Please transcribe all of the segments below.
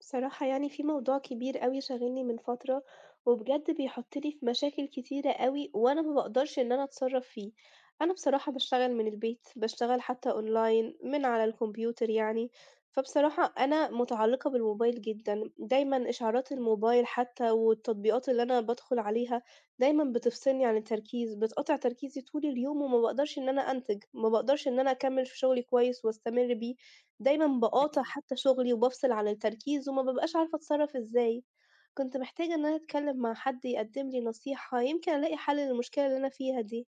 بصراحة يعني في موضوع كبير أوي شاغلني من فترة، وبجد بيحطني في مشاكل كتيرة أوي، وأنا ما باقدرش إن أنا أتصرف فيه. أنا بصراحة باشتغل من البيت، باشتغل حتى أونلاين من على الكمبيوتر يعني، فبصراحة أنا متعلقة بالموبايل جدًا، دايمًا إشعارات الموبايل حتى والتطبيقات اللي أنا بادخل عليها دايمًا بتفصلني عن التركيز، بتقطع تركيزي طول اليوم وما باقدرش إن أنا أنتج، ما باقدرش إن أنا أكمل في شغلي كويس واستمر بيه. دايمًا باقاطع أكيد. حتى شغلي وبافصل عن التركيز وما بابقاش عارفة أتصرّف إزاي. كنت محتاجة إن أنا أتكلّم مع حد يقدّم لي نصيحة، يمكن ألاقي حل للمشكلة اللي أنا فيها دي.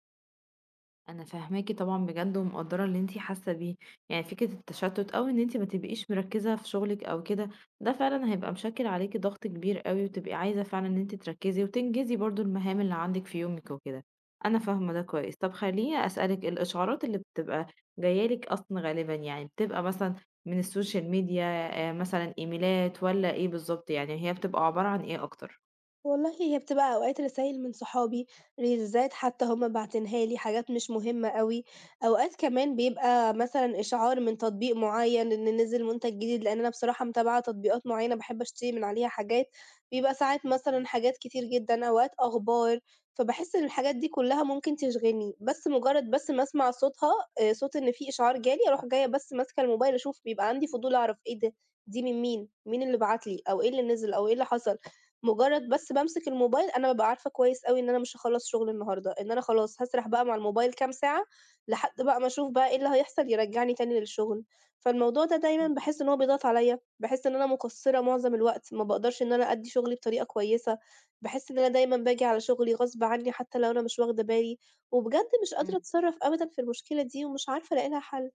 أنا فاهماكِ طبعًا بجد ومقدّرة اللي أنتِ حاسة بيه، يعني فكرة التشتُّت أو إن أنتِ ما تبقيش مركّزة في شغلِك أو كده، ده فعلًا هيبقى مشكِّل عليكِ ضغط كبير أوي وتبقي عايزة فعلًا إن أنتِ تركّزي وتنجزي برضه المهام اللي عندِك في يومِك وكده، أنا فاهمة ده كويس. طَب خلّيني أسألِك الإشعارات اللي بتبقى جاية لِك أصلًا غالبًا يعني بتبقى مثلًا من السوشيال ميديا مثلًا إيميلات والّا إيه بالضبط، يعني هي بتبقى عبارة عن إيه أكتر؟ والله هي بتبقى أوقات رسايل من صحابي، ريلزات حتى هُم باعتينها لي، حاجات مش مهمة أوي، أوقات كمان بيبقى مثلًا إشعار من تطبيق معيّن إن نزل منتج جديد، لإن أنا بصراحة متابعة تطبيقات معيّنة باحب أشتري من عليها حاجات، بيبقى ساعات مثلًا حاجات كتير جدًا، أوقات أخبار، فباحس إن الحاجات دي كلّها ممكن تشغلني، بس مجرّد بس ما أسمع صوتها صوت إن في إشعار جالي أروح جاية بس ماسكة الموبايل أشوف، بيبقى عندي فضول أعرف إيه ده، دي من مين، مين اللي بعت لي أو إيه اللي نزل أو إيه اللي حصل. مجرّد بس بامسك الموبايل أنا بابقى عارفة كويس أوي إن أنا مش هاخلّص شغل النهارده، إن أنا خلاص هاسرح بقى مع الموبايل كام ساعة، لحد بقى ما أشوف بقى إيه اللي هيحصل يرجّعني تاني للشغل. فالموضوع ده دايمًا إمم، باحس إن هو بيضغط عليّا، باحس إن أنا مقصّرة معظم الوقت، ما باقدرش إن أنا أدّي شغلي بطريقة كويسة، باحس إن أنا دايمًا باجي على شغلي غصب عني حتى لو أنا مش واخدة بالي، وبجد مش قادرة إمم. أتصرّف أبدًا في المشكلة دي ومش عارفة ألاقي لها حل.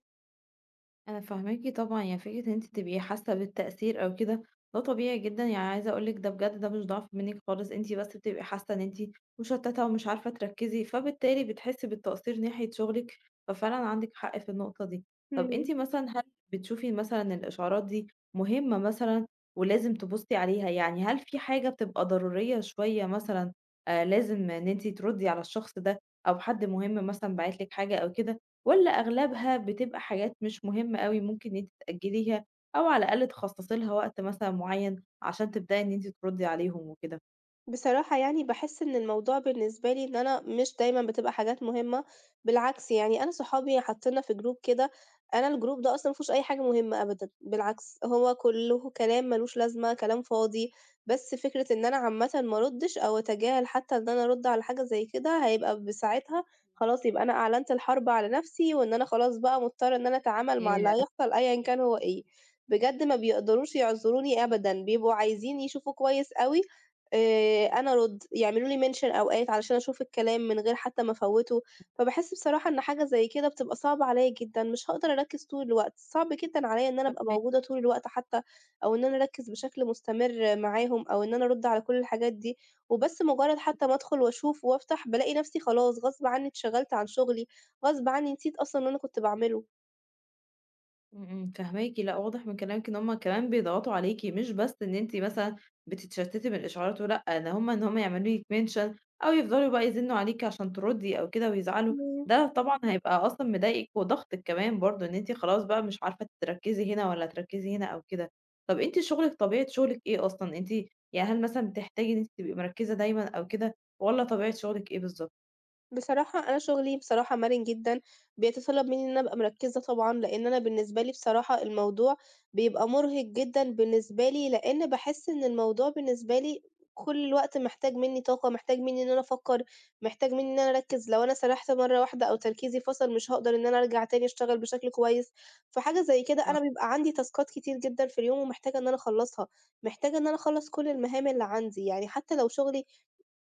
انا فاهماكِ طبعًا، يعني فكرة إن أنتِ تبقي حاسة بالتأثير أو كده، ده طبيعي جدًا، يعني عايزة أقول لِك ده بجد ده مش ضعف منِك خالص، أنتِ بس بتبقي حاسة إن أنتِ مشتتة ومش عارفة تركزي، فبالتالي بتحسي بالتقصير ناحية شغلِك، ففعلًا عندِك حق في النقطة دي. طب أنتِ إمم. مثلًا هل بتشوفي مثلًا الإشعارات دي مهمة مثلًا ولازم تبُصي عليها، يعني هل في حاجة بتبقى ضرورية شوية مثلًا، لازم إن أنتِ تردي على الشخص ده، أو حد مهم مثلًا باعت لِك حاجة أو كده، والّا أغلبها بتبقى حاجات مش مهمة أوي ممكن إن أنتِ تأجّليها أو على الأقل تخصّصي لها وقت مثلًا معيّن عشان تبدئي إن أنتِ تردّي عليهم وكده؟ بصراحة يعني باحس إن الموضوع بالنسبة لي إن أنا مش دايمًا بتبقى حاجات مهمة، بالعكس يعني أنا صحابي حاطيننا في group كده، أنا الgroup ده أصلًا ما فيهوش أي حاجة مهمة أبدًا، بالعكس هو كله كلام مالوش لازمة، كلام فاضي، بس فكرة إن أنا عامةً ما أردش أو أتجاهل حتى إن أنا أرد على حاجة زي كده، هيبقى بساعتها خلاص يبقى أنا أعلنت الحرب على نفسي، وإن أنا خلاص بقى مضطرة إن أنا أتعامل مع اللي ياه! هيحصل أيًا كان هو إيه، بجد ما بيقدروش يعذروني أبدًا، بيبقوا عايزين يشوفوا كويس أوي أنا أرُد، يعملوا لي mention أوقات علشان أشوف الكلام من غير حتى ما أفوّته، فباحس بصراحة إن حاجة زي كده بتبقى صعبة عليّا جدًا، مش هاقدر أركّز طول الوقت، صعب جدًا عليّا إن أنا أبقى فاهماكِ. موجودة طول الوقت حتى، أو إن أنا أركّز بشكل مستمر معاهم، أو إن أنا أرُد على كل الحاجات دي، وبس مجرّد حتى ما أدخل وأشوف وأفتح، بالاقي نَفْسي خلاص غصب عني اتشغلت عن شغلي، غصب عني نسيت أصلًا اللي أنا كنت باعمله. إمم، إمم، فاهماكِ، لأ واضح من كلامِك إن هُم كمان بيضغطوا عليكِ، مش بس إن أنتِ مثلًا بتتشتتي من الإشعارات ولأ، ده هُم إن هُم يعملوا لِك mention أو يفضلوا بقى يزنوا عليكِ عشان تردي أو كده ويزعلوا، إمم. ده طبعًا هيبقى أصلًا مضايقِك وضاغطِك كمان برضه، إن أنتِ خلاص بقى مش عارفة تركّزي هنا ولا تركّزي هنا أو كده. طب أنتِ شغلِك طبيعة شغلِك إيه أصلًا؟ أنتِ يعني هل مثلًا بتحتاجي إن أنتِ تبقي مركّزة دايمًا أو كده والّا طبيعة شغلِك إيه بالضبط؟ بصراحة أنا شغلي بصراحة مرن جدًا، بيتطلب منّي إن أنا أبقى مركّزة طبعًا، لإن أنا بالنسبة لي بصراحة الموضوع بيبقى مرهق جدًا بالنسبة لي، لإن باحس إن الموضوع بالنسبة لي كل الوقت محتاج منّي طاقة، محتاج منّي إن أنا أفكّر، محتاج منّي إن أنا أركّز، لو أنا سرحت مرّة واحدة أو تركيزي فصل مش هاقدر إن أنا أرجع تاني أشتغل بشكل كويس، فحاجة زي كده آه، أنا بيبقى عندي تاسكات كتير جدًا في اليوم ومحتاجة إن أنا أخلّصها، محتاجة إن أنا أخلّص كل المهام اللي عندي، يعني حتى لو شغلي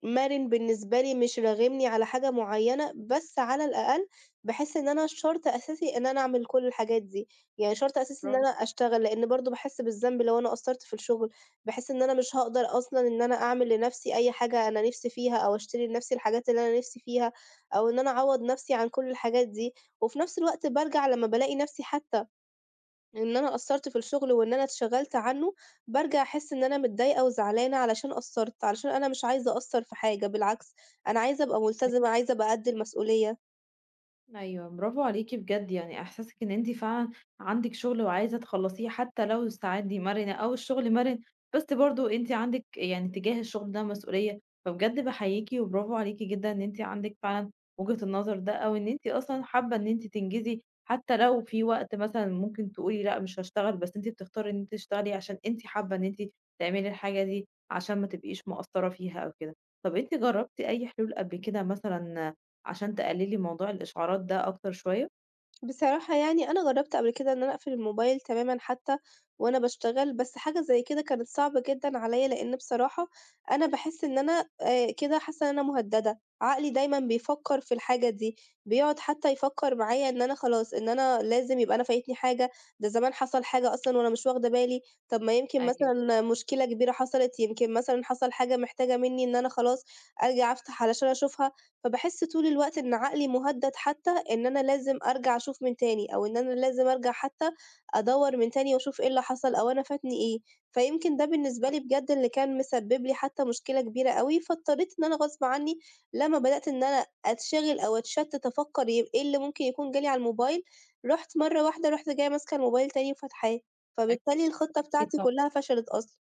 مَرِن بالنسبة لي، مش راغمني على حاجة معيّنة، بس على الأقل باحس إن أنا شرط أساسي إن أنا أعمل كل الحاجات دي، يعني شرط أساسي إن برافو أنا أشتغل، لإن برضه باحس بالذنب لو أنا قصّرت في الشغل، باحس إن أنا مش هاقدر أصلًا إن أنا أعمل لنَفْسي أي حاجة أنا نِفْسي فيها، أو أشتري لنَفْسي الحاجات اللي أنا نِفْسي فيها، أو إن أنا أعوّض نَفْسي عن كل الحاجات دي، وفي نَفْس الوقت بارجع لمّا بالاقي نَفْسي حتى إن أنا قصّرت في الشغل وإن أنا اتشغلت عنّه، بارجع أحس إن أنا متضايقة وزعلانة علشان قصّرت، علشان أنا مش عايزة أقصّر في حاجة، بالعكس أنا عايزة أبقى عليكِ. ملتزمة، عايزة أبقى قد المسؤولية. أيوه، برافو عليكِ بجد، يعني إحساسِك إن أنتِ فعلًا عندِك شغل وعايزة تخلّصيه حتى لو الساعات دي مرنة أو الشغل مرن، بس برضه أنتِ عندِك يعني تجاه الشغل ده مسؤولية، فبجد باحييكِ وبرافو عليكِ جدًا إن أنتِ عندِك فعلًا وجهة النظر ده، أو إن أنتِ أصلًا حابة إن أنتِ تنجزي حتى لو في وقت مثلًا ممكن تقولي لأ مش هاشتغل، بس أنتِ بتختاري إن أنتِ تشتغلي عشان أنتِ حابة إن أنتِ تعملي الحاجة دي، عشان ما تبقيش مقصّرة فيها أو كده. طَب أنتِ جرّبتِ أي حلول قبل كده مثلًا عشان تقللي موضوع الإشعارات ده أكتر شوية؟ بصراحة يعني أنا جرّبت قبل كده إن أنا أقفل الموبايل تمامًا حتى وأنا باشتغل، بس حاجة زي كده كانت صعبة جدًا عليّا، لإن بصراحة أنا باحس إن أنا كده حاسة إن أنا مهدّدة، عقلي دايمًا بيفكّر في الحاجة دي، بيقعد حتى يفكّر معايا إن أنا خلاص، إن أنا لازم يبقى أنا فايتني حاجة، ده زمان حصل حاجة أصلًا وأنا مش واخدة بالي، طب ما يمكن أيوه مثلًا مشكلة كبيرة حصلت، يمكن مثلًا حصل حاجة محتاجة منّي إن أنا خلاص أرجع أفتح علشان أشوفها، فباحس طول الوقت إن عقلي مُهدَّد حتى إن أنا لازم أرجع أشوف من تاني، أو إن أنا لازم أرجع حتى أدوّر من تاني وأشوف إيه اللي حصل أو أنا فاتني إيه، فيمكن ده بالنسبة لي فاهماكِ، بجد اللي كان مسبب لي حتى مشكلة كبيرة أوي، فاضطريت إن أنا غصب عنّي لمّا بدأت إن أنا أتشغل أو أتشتت أفكّر إيه اللي ممكن يكون جالي على الموبايل، رُحت مرّة واحدة رُحت جاية ماسكة الموبايل تاني وفاتحاه، فبالتالي أكيد، الخطة أكيد بتاعتي طبعًا. كلّها فشلت أصلًا.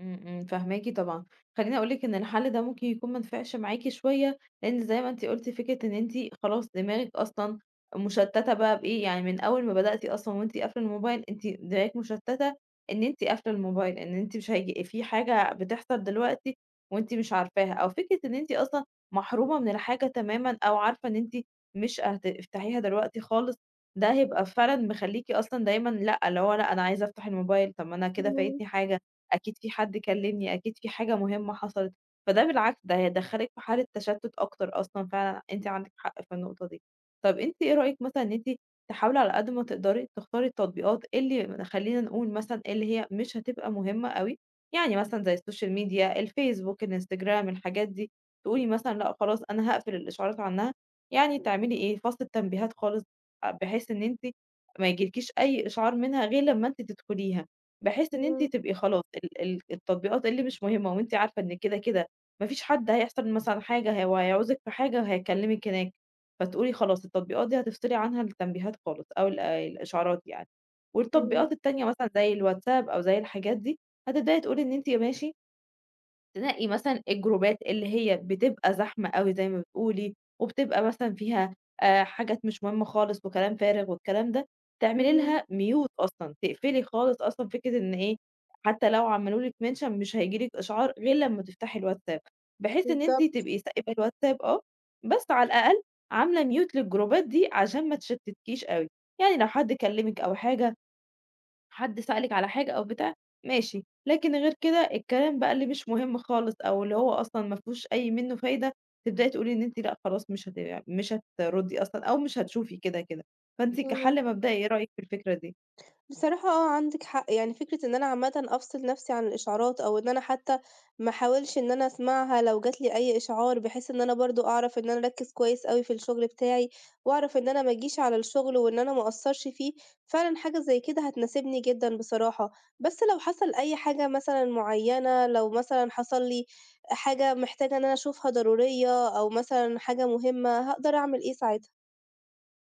إمم، إمم، فاهماكِ طبعًا. خلّيني أقول لِك إن الحل ده ممكن يكون ما نفعش معاكِ شوية، لإن زي ما أنتِ قُلتِ فكرة إن أنتِ خلاص دماغِك أصلًا مشتتة بقى بإيه، يعني من أول ما بدأتِ أصلًا وأنتِ قافلة الموبايل أنتِ دماغِك مشتتة إن أنتِ قافلة الموبايل، إن أنتِ مش هييجي في حاجة بتحصل دلوقتي وأنتِ مش عارفاها، أو فكرة إن أنتِ أصلًا محرومة من الحاجة تمامًا أو عارفة إن أنتِ مش هتفتحيها دلوقتي خالص، ده هيبقى فعلًا مخلّيكِ أصلًا دايمًا لأ، اللي هو لأ أنا عايزة أفتح الموبايل، طب ما أنا كده إمم، فايتني حاجة. أكيد في حد كلمني، أكيد في حاجة مهمة حصلت، فده بالعكس ده هيدخّلِك في حالة تشتُّت أكتر أصلًا فعلًا أنتِ عندِك حق في النقطة دي. طَب أنتِ إيه رأيِك مثلًا إن أنتِ تحاولي على قد ما تقدري تختاري التطبيقات اللي خلّينا نقول مثلًا اللي هي مش هتبقى مهمة أوي، يعني مثلًا زي السوشيال ميديا، الفيسبوك، الإنستجرام، الحاجات دي، تقولي مثلًا لأ خلاص أنا هاقفل الإشعارات عنها، يعني تعملي إيه، فصل التنبيهات خالص، بحيث إن أنتِ ما ييجيلكيش أي إشعار منها غير لمّا أنتِ تدخليها. بحيث إن أنتِ إمم، تبقي خلاص ال التطبيقات اللي مش مهمة وأنتِ عارفة إن كده، كده ما فيش حد هيحصل مثلًا حاجة هو هيعوزِك في حاجة وهيكلمِك هناك، فتقولي خلاص التطبيقات دي هتفصلي عنها التنبيهات خالص أو ال الإشعارات يعني، إمم، والتطبيقات التانية مثلًا زي الواتساب أو زي الحاجات دي، هتبدئي تقولي إن أنتِ ماشي تنقي مثلًا الجروبات اللي هي بتبقى زحمة أوي زي ما بتقولي، وبتبقى مثلًا فيها حاجات مش مهمة خالص وكلام فارغ والكلام ده، تعملي إمم، لها mute أصلًا، تقفلي خالص أصلًا فكرة إن إيه، حتى لو عملوا لِك mention مش هييجي لِك إشعار غير لمّا تفتحي الواتساب، بحيث إن أنتِ بالضبط، تبقي سايبة الواتساب آه، بس على الأقل عاملة mute للجروبات دي عشان ما تشتتكيش أوي، يعني لو حد كلمِك أو حاجة حد سألِك على حاجة أو بتاع، ماشي، لكن غير كده الكلام بقى اللي مش مهم خالص أو اللي هو أصلًا ما فيهوش أي منّه فايدة، تبدئي تقولي إن أنتِ لأ خلاص مش هت يعني مش هتردّي أصلًا أو مش هتشوفي كده، كده. فأنتِ إمم. كحل مبدئي إيه رأيِك في الفكرة دي؟ بصراحة آه، عندِك حق، يعني فكرة إن أنا عامةً أفصِل نَفْسي عن الإشعارات أو إن أنا حتى ما أحاولش إن أنا أسمعها لو جات لي أي إشعار، بحيث إن أنا برضه أعرف إن أنا أركِّز كويس أوي في الشغل بتاعي، وأعرف إن أنا ما أجيش على الشغل وإن أنا ما أقصّرش فيه، فعلًا حاجة زي كده هتناسبني جدًا بصراحة. بس لو حصل أي حاجة مثلًا معيّنة، لو مثلًا حصل لي حاجة محتاجة إن أنا أشوفها ضرورية أو مثلًا حاجة مهمة، هاقدر أعمل إيه ساعتها؟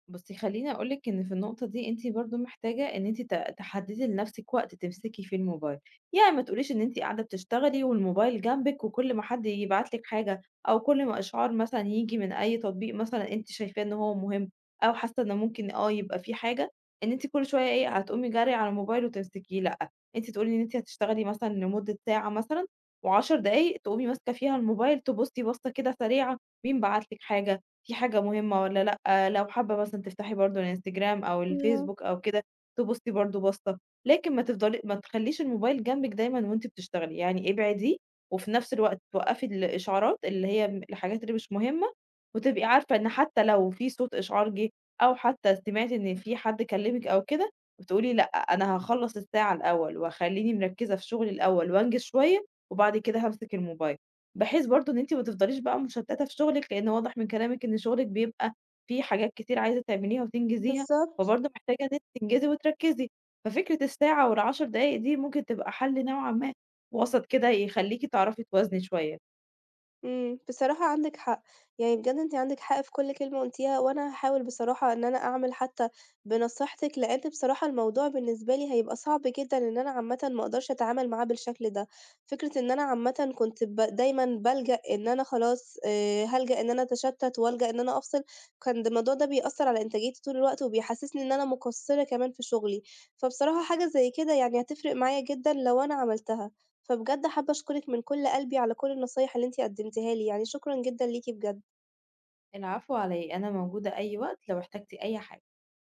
بُصي خلّيني أقول لِك إن في النقطة دي أنتِ برضه محتاجة إن أنتِ تحددي لنفسِك وقت تمسكي فيه الموبايل، يعني ما تقوليش إن أنتِ قاعدة بتشتغلي والموبايل جنبِك وكل ما حد يبعت لِك حاجة أو كل ما إشعار مثلًا ييجي من أي تطبيق مثلًا أنتِ شايفاه إن هو مهم أو حاسة إن ممكن آه يبقى في حاجة، إن أنتِ كل شوية إيه هتقومي جري على الموبايل وتمسكيه، لأ، أنتِ تقولي إن أنتِ هتشتغلي مثلًا لمدة ساعة مثلًا و10 دقايق تقومي ماسكة فيها الموبايل تبُصي بصة كده سريعة مين بعت لِك حاجة، في حاجة مهمة والّا لأ، لو حابة مثلًا تفتحي برضه الإنستجرام أو إمم، الفيسبوك أو كده، تبُصّي برضه بَصّة، لكن ما تفضلي ما تخلّيش الموبايل جنبِك دايمًا وأنتِ بتشتغلي، يعني ابعديه وفي نفس الوقت توقّفي الإشعارات اللي هي م الحاجات اللي مش مهمة، وتبقي عارفة إن حتى لو في صوت إشعار جِه أو حتى سمعتِ إن في حد كلّمِك أو كده، بتقولي لأ، أنا هاخلّص الساعة الأول وخلّيني مركّزة في شغلي الأول وأنجز شوية وبعد كده هامسك الموبايل. بحيث برضه إن أنتِ ما تفضليش بقى مشتتة في شغلِك، لأن واضح من كلامِك إن شغلِك بيبقى فيه حاجات كتير عايزة تعمليها وتنجزيها، بالضبط. فبرضه محتاجة إن أنتِ تنجزي وتركزي، ففكرة الساعة والعشر دقايق دي ممكن تبقى حل نوعًا ما وسط كده يخليكِ تعرفي توازني شوية. إمم، بصراحة عندِك حق، يعني بجد أنتِ عندِك حق في كل كلمة قُلتيها، وأنا هاحاول بصراحة إن أنا أعمل حتى بنصيحتِك، لإن بصراحة الموضوع بالنسبة لي هيبقى صعب جدًا إن أنا عامةً ما أقدرش أتعامل معاه بالشكل ده، فكرة إن أنا عامةً كنت دايمًا بالجأ إن أنا خلاص هالجأ إن أنا أتشتت وألجأ إن أنا أفصل، كان الموضوع ده بيأثّر على إنتاجيتي طول الوقت، وبيحسسني إن أنا مقصّرة كمان في شغلي، فبصراحة حاجة زي كده يعني هتفرق معايا جدًا لو أنا عملتها. فبجد حابة أشكرِك من كل قلبي على كل النصايح اللي أنتِ قدمتيها لي، يعني شكرًا جدًا ليكِ بجد. العفو على إيه، أنا موجودة أي وقت لو احتجتِ أي حاجة.